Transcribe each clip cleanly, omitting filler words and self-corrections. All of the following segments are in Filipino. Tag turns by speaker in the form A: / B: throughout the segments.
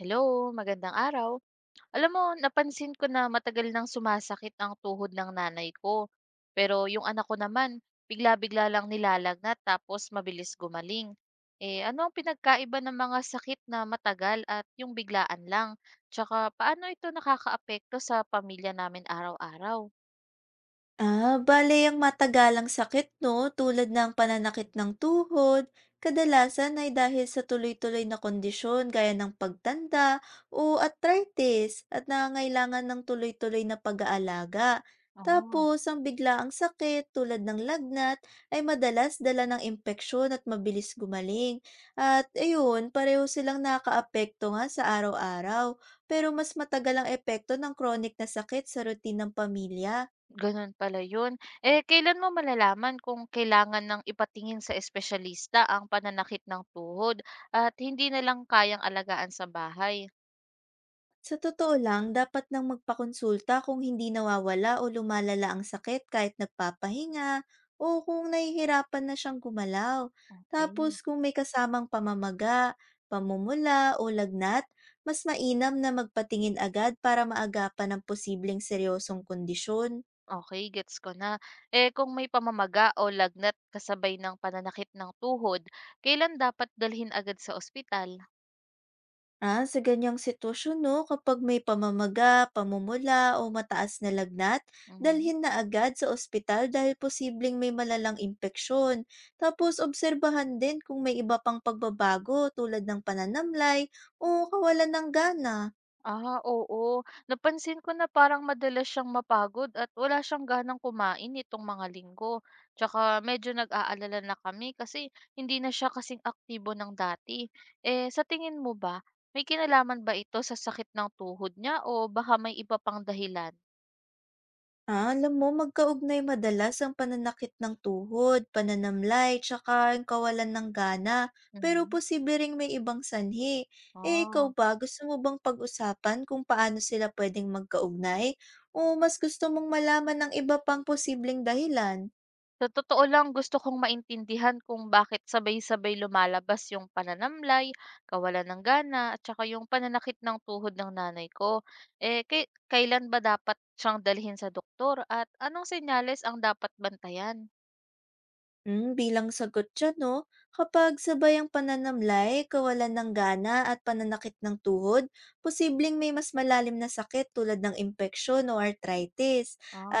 A: Hello, magandang araw. Alam mo, napansin ko na matagal nang sumasakit ang tuhod ng nanay ko. Pero yung anak ko naman, bigla-bigla lang nilalagnat tapos mabilis gumaling. Eh, ano ang pinagkaiba ng mga sakit na matagal at yung biglaan lang? Tsaka paano ito nakakaapekto sa pamilya namin araw-araw?
B: Ah, bale ang matagalang sakit 'no, tulad ng pananakit ng tuhod, kadalasan ay dahil sa tuloy-tuloy na kondisyon gaya ng pagtanda o arthritis at nangangailangan ng tuloy-tuloy na pag-aalaga.
A: Oo.
B: Tapos ang biglaang sakit tulad ng lagnat ay madalas dala ng impeksyon at mabilis gumaling. At ayun, pareho silang nakakaapekto nga sa araw-araw, pero mas matagal ang epekto ng chronic na sakit sa routine ng pamilya.
A: Gano'n pala 'yun. Eh, kailan mo malalaman kung kailangan ng ipatingin sa espesyalista ang pananakit ng tuhod at hindi na lang kayang alagaan sa bahay?
B: Sa totoo lang, dapat nang magpakonsulta kung hindi nawawala o lumalala ang sakit kahit nagpapahinga o kung nahihirapan na siyang gumalaw. Tapos
A: Okay.
B: kung may kasamang pamamaga, pamumula o lagnat, mas mainam na magpatingin agad para maagapan ang posibleng seryosong kondisyon.
A: Okey, gets ko na. Eh, kung may pamamaga o lagnat kasabay ng pananakit ng tuhod, kailan dapat dalhin agad sa ospital?
B: Sa ganyang sitwasyon 'no, kapag may pamamaga, pamumula o mataas na lagnat,
A: Mhm.
B: dalhin na agad sa ospital dahil posibleng may malalang impeksyon. Tapos obserbahan din kung may iba pang pagbabago tulad ng pananamlay o kawalan ng gana.
A: Ah, oo. Napansin ko na parang madalas siyang mapagod at wala siyang ganang kumain itong mga linggo. Tsaka medyo nag-aalala na kami kasi hindi na siya kasing aktibo ng dati. Eh, sa tingin mo ba, may kinalaman ba ito sa sakit ng tuhod niya o baka may iba pang dahilan?
B: Alam mo magkaugnay madalas ang pananakit ng tuhod, pananamlay, tsaka ang kawalan ng gana, pero
A: Mhm.
B: posible ring may ibang sanhi. Eh ikaw
A: Ah.
B: ba, gusto mo bang pag-usapan kung paano sila pwedeng magkaugnay? O mas gusto mong malaman ng iba pang posibleng dahilan?
A: Sa totoo lang, gusto kong maintindihan kung bakit sabay-sabay lumalabas yung pananamlay, kawalan ng gana, at saka yung pananakit ng tuhod ng nanay ko. Eh, kailan ba dapat siyang dalhin sa doktor? At anong senyales ang dapat bantayan?
B: Hmm, bilang sagot dyan 'no, kapag sabay ang pananamlay, kawalan ng gana at pananakit ng tuhod, posibleng may mas malalim na sakit tulad ng impeksyon o arthritis.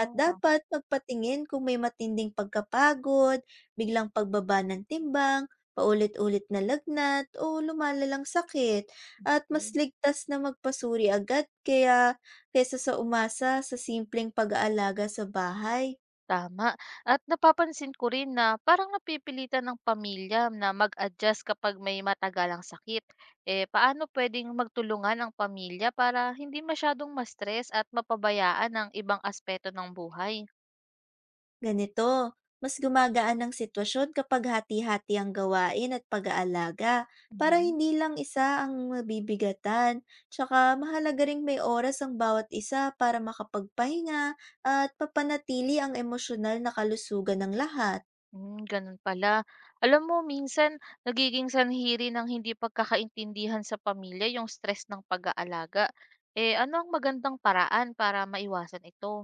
B: At dapat magpatingin kung may matinding pagkapagod, biglang pagbaba ng timbang, paulit-ulit na lagnat o lumalalang sakit. At mas
A: okay.
B: ligtas na magpasuri agad kaya kaysa sa umasa sa simpleng pag-aalaga sa bahay.
A: Tama. At napapansin ko rin na parang napipilitan ng pamilya na mag-adjust kapag may matagalang sakit. Eh, paano pwedeng magtulungan ang pamilya para hindi masyadong ma-stress at mapabayaan ang ibang aspeto ng buhay?
B: Ganito, mas gumagaan ang sitwasyon kapag hati-hati ang gawain at pag-aalaga para
A: Mhm.
B: hindi lang isa ang mabibigatan. Tsaka mahalaga ring may oras ang bawat isa para makapagpahinga at papanatili ang emosyonal na kalusugan ng lahat.
A: Hmm, ganun pala. Alam mo, minsan nagiging sanhi rin ng hindi pagkakaintindihan sa pamilya yung stress ng pag-aalaga. Eh, ano ang magandang paraan para maiwasan ito?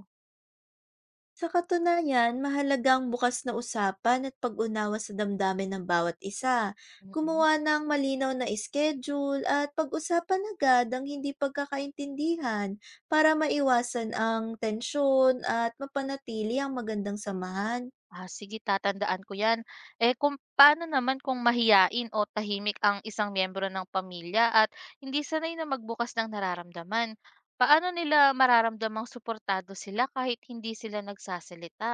B: Sa katunayan, mahalagang bukas na usapan at pag-unawa sa damdamin ng bawat isa.
A: Mhm.
B: Gumawa ng malinaw na schedule at pag-usapan agad ang hindi pagkakaintindihan para maiwasan ang tensyon at mapanatili ang magandang samahan.
A: Ah, sige, tatandaan ko 'yan. Eh, kung paano naman kung mahiyain o tahimik ang isang miyembro ng pamilya at hindi sanay na magbukas ng nararamdaman? Paano nila mararamdamang suportado sila kahit hindi sila nagsasalita?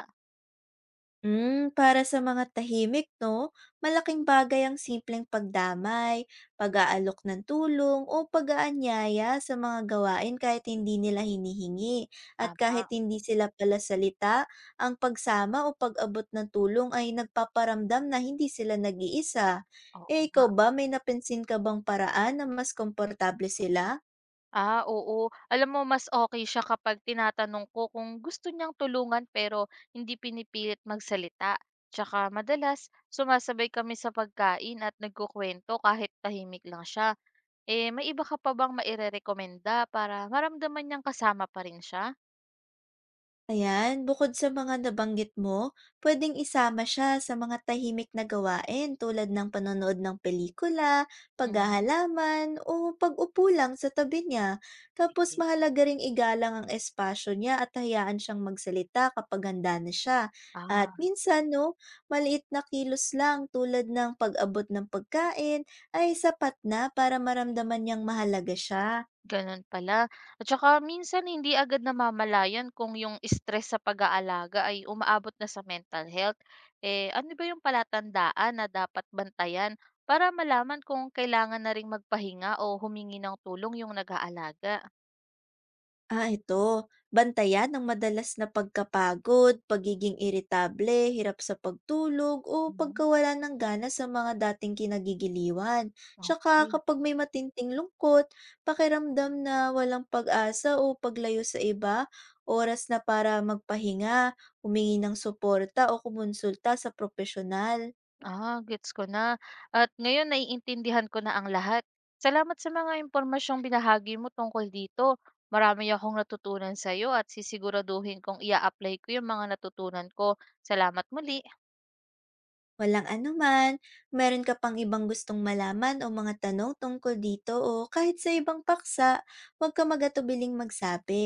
B: Hmm, para sa mga tahimik, no? Malaking bagay ang simpleng pagdamay, pag-aalok ng tulong, o pag-aanyaya sa mga gawain kahit hindi nila hinihingi. At kahit
A: Tama,
B: hindi sila pala salita, ang pagsama o pag-abot ng tulong ay nagpaparamdam na hindi sila nag-iisa.
A: oo
B: Eh,
A: nga.
B: ikaw ba, may napansin ka bang paraan na mas komportable sila?
A: Ah, oo. Alam mo, mas okay siya kapag tinatanong ko kung gusto niyang tulungan pero hindi pinipilit magsalita. Tsaka madalas, sumasabay kami sa pagkain at nagkukwento kahit tahimik lang siya. Eh, may iba ka pa bang mairerekomenda para maramdaman niyang kasama pa rin siya?
B: Ayan, bukod sa mga nabanggit mo, pwedeng isama siya sa mga tahimik na gawain tulad ng panonood ng pelikula,
A: Hmm,
B: paghahalaman, o pag-upo lang sa tabi niya. Tapos
A: sige.
B: mahalaga ring igalang ang espasyo niya at hayaan siyang magsalita kapag handa na siya. At
A: Ah,
B: minsan, no, maliit na kilos lang tulad ng pag-abot ng pagkain ay sapat na para maramdaman niyang mahalaga siya.
A: gano'n pala. At saka minsan hindi agad namamalayan kung yung stress sa pag-aalaga ay umaabot na sa mental health. Eh, ano ba yung palatandaan na dapat bantayan para malaman kung kailangan na ring magpahinga o humingi ng tulong yung nag-aalaga?
B: Ito. Bantayan ang madalas na pagkapagod, pagiging iritable, hirap sa pagtulog, o
A: Hmm,
B: pagkawala ng gana sa mga dating kinagigiliwan. Tsaka
A: okey.
B: kapag may matinting lungkot, pakiramdam na walang pag-asa o paglayo sa iba, oras na para magpahinga, humingi ng suporta o kumonsulta sa profesional.
A: Ah, gets ko na. At ngayon naiintindihan ko na ang lahat. Salamat sa mga impormasyong binahagi mo tungkol dito. Marami akong natutunan sa iyo at sisiguraduhin kong ia-apply ko yung mga natutunan ko. Salamat muli.
B: Walang anuman, meron ka pang ibang gustong malaman o mga tanong tungkol dito o kahit sa ibang paksa, huwag ka magatubiling magsabi.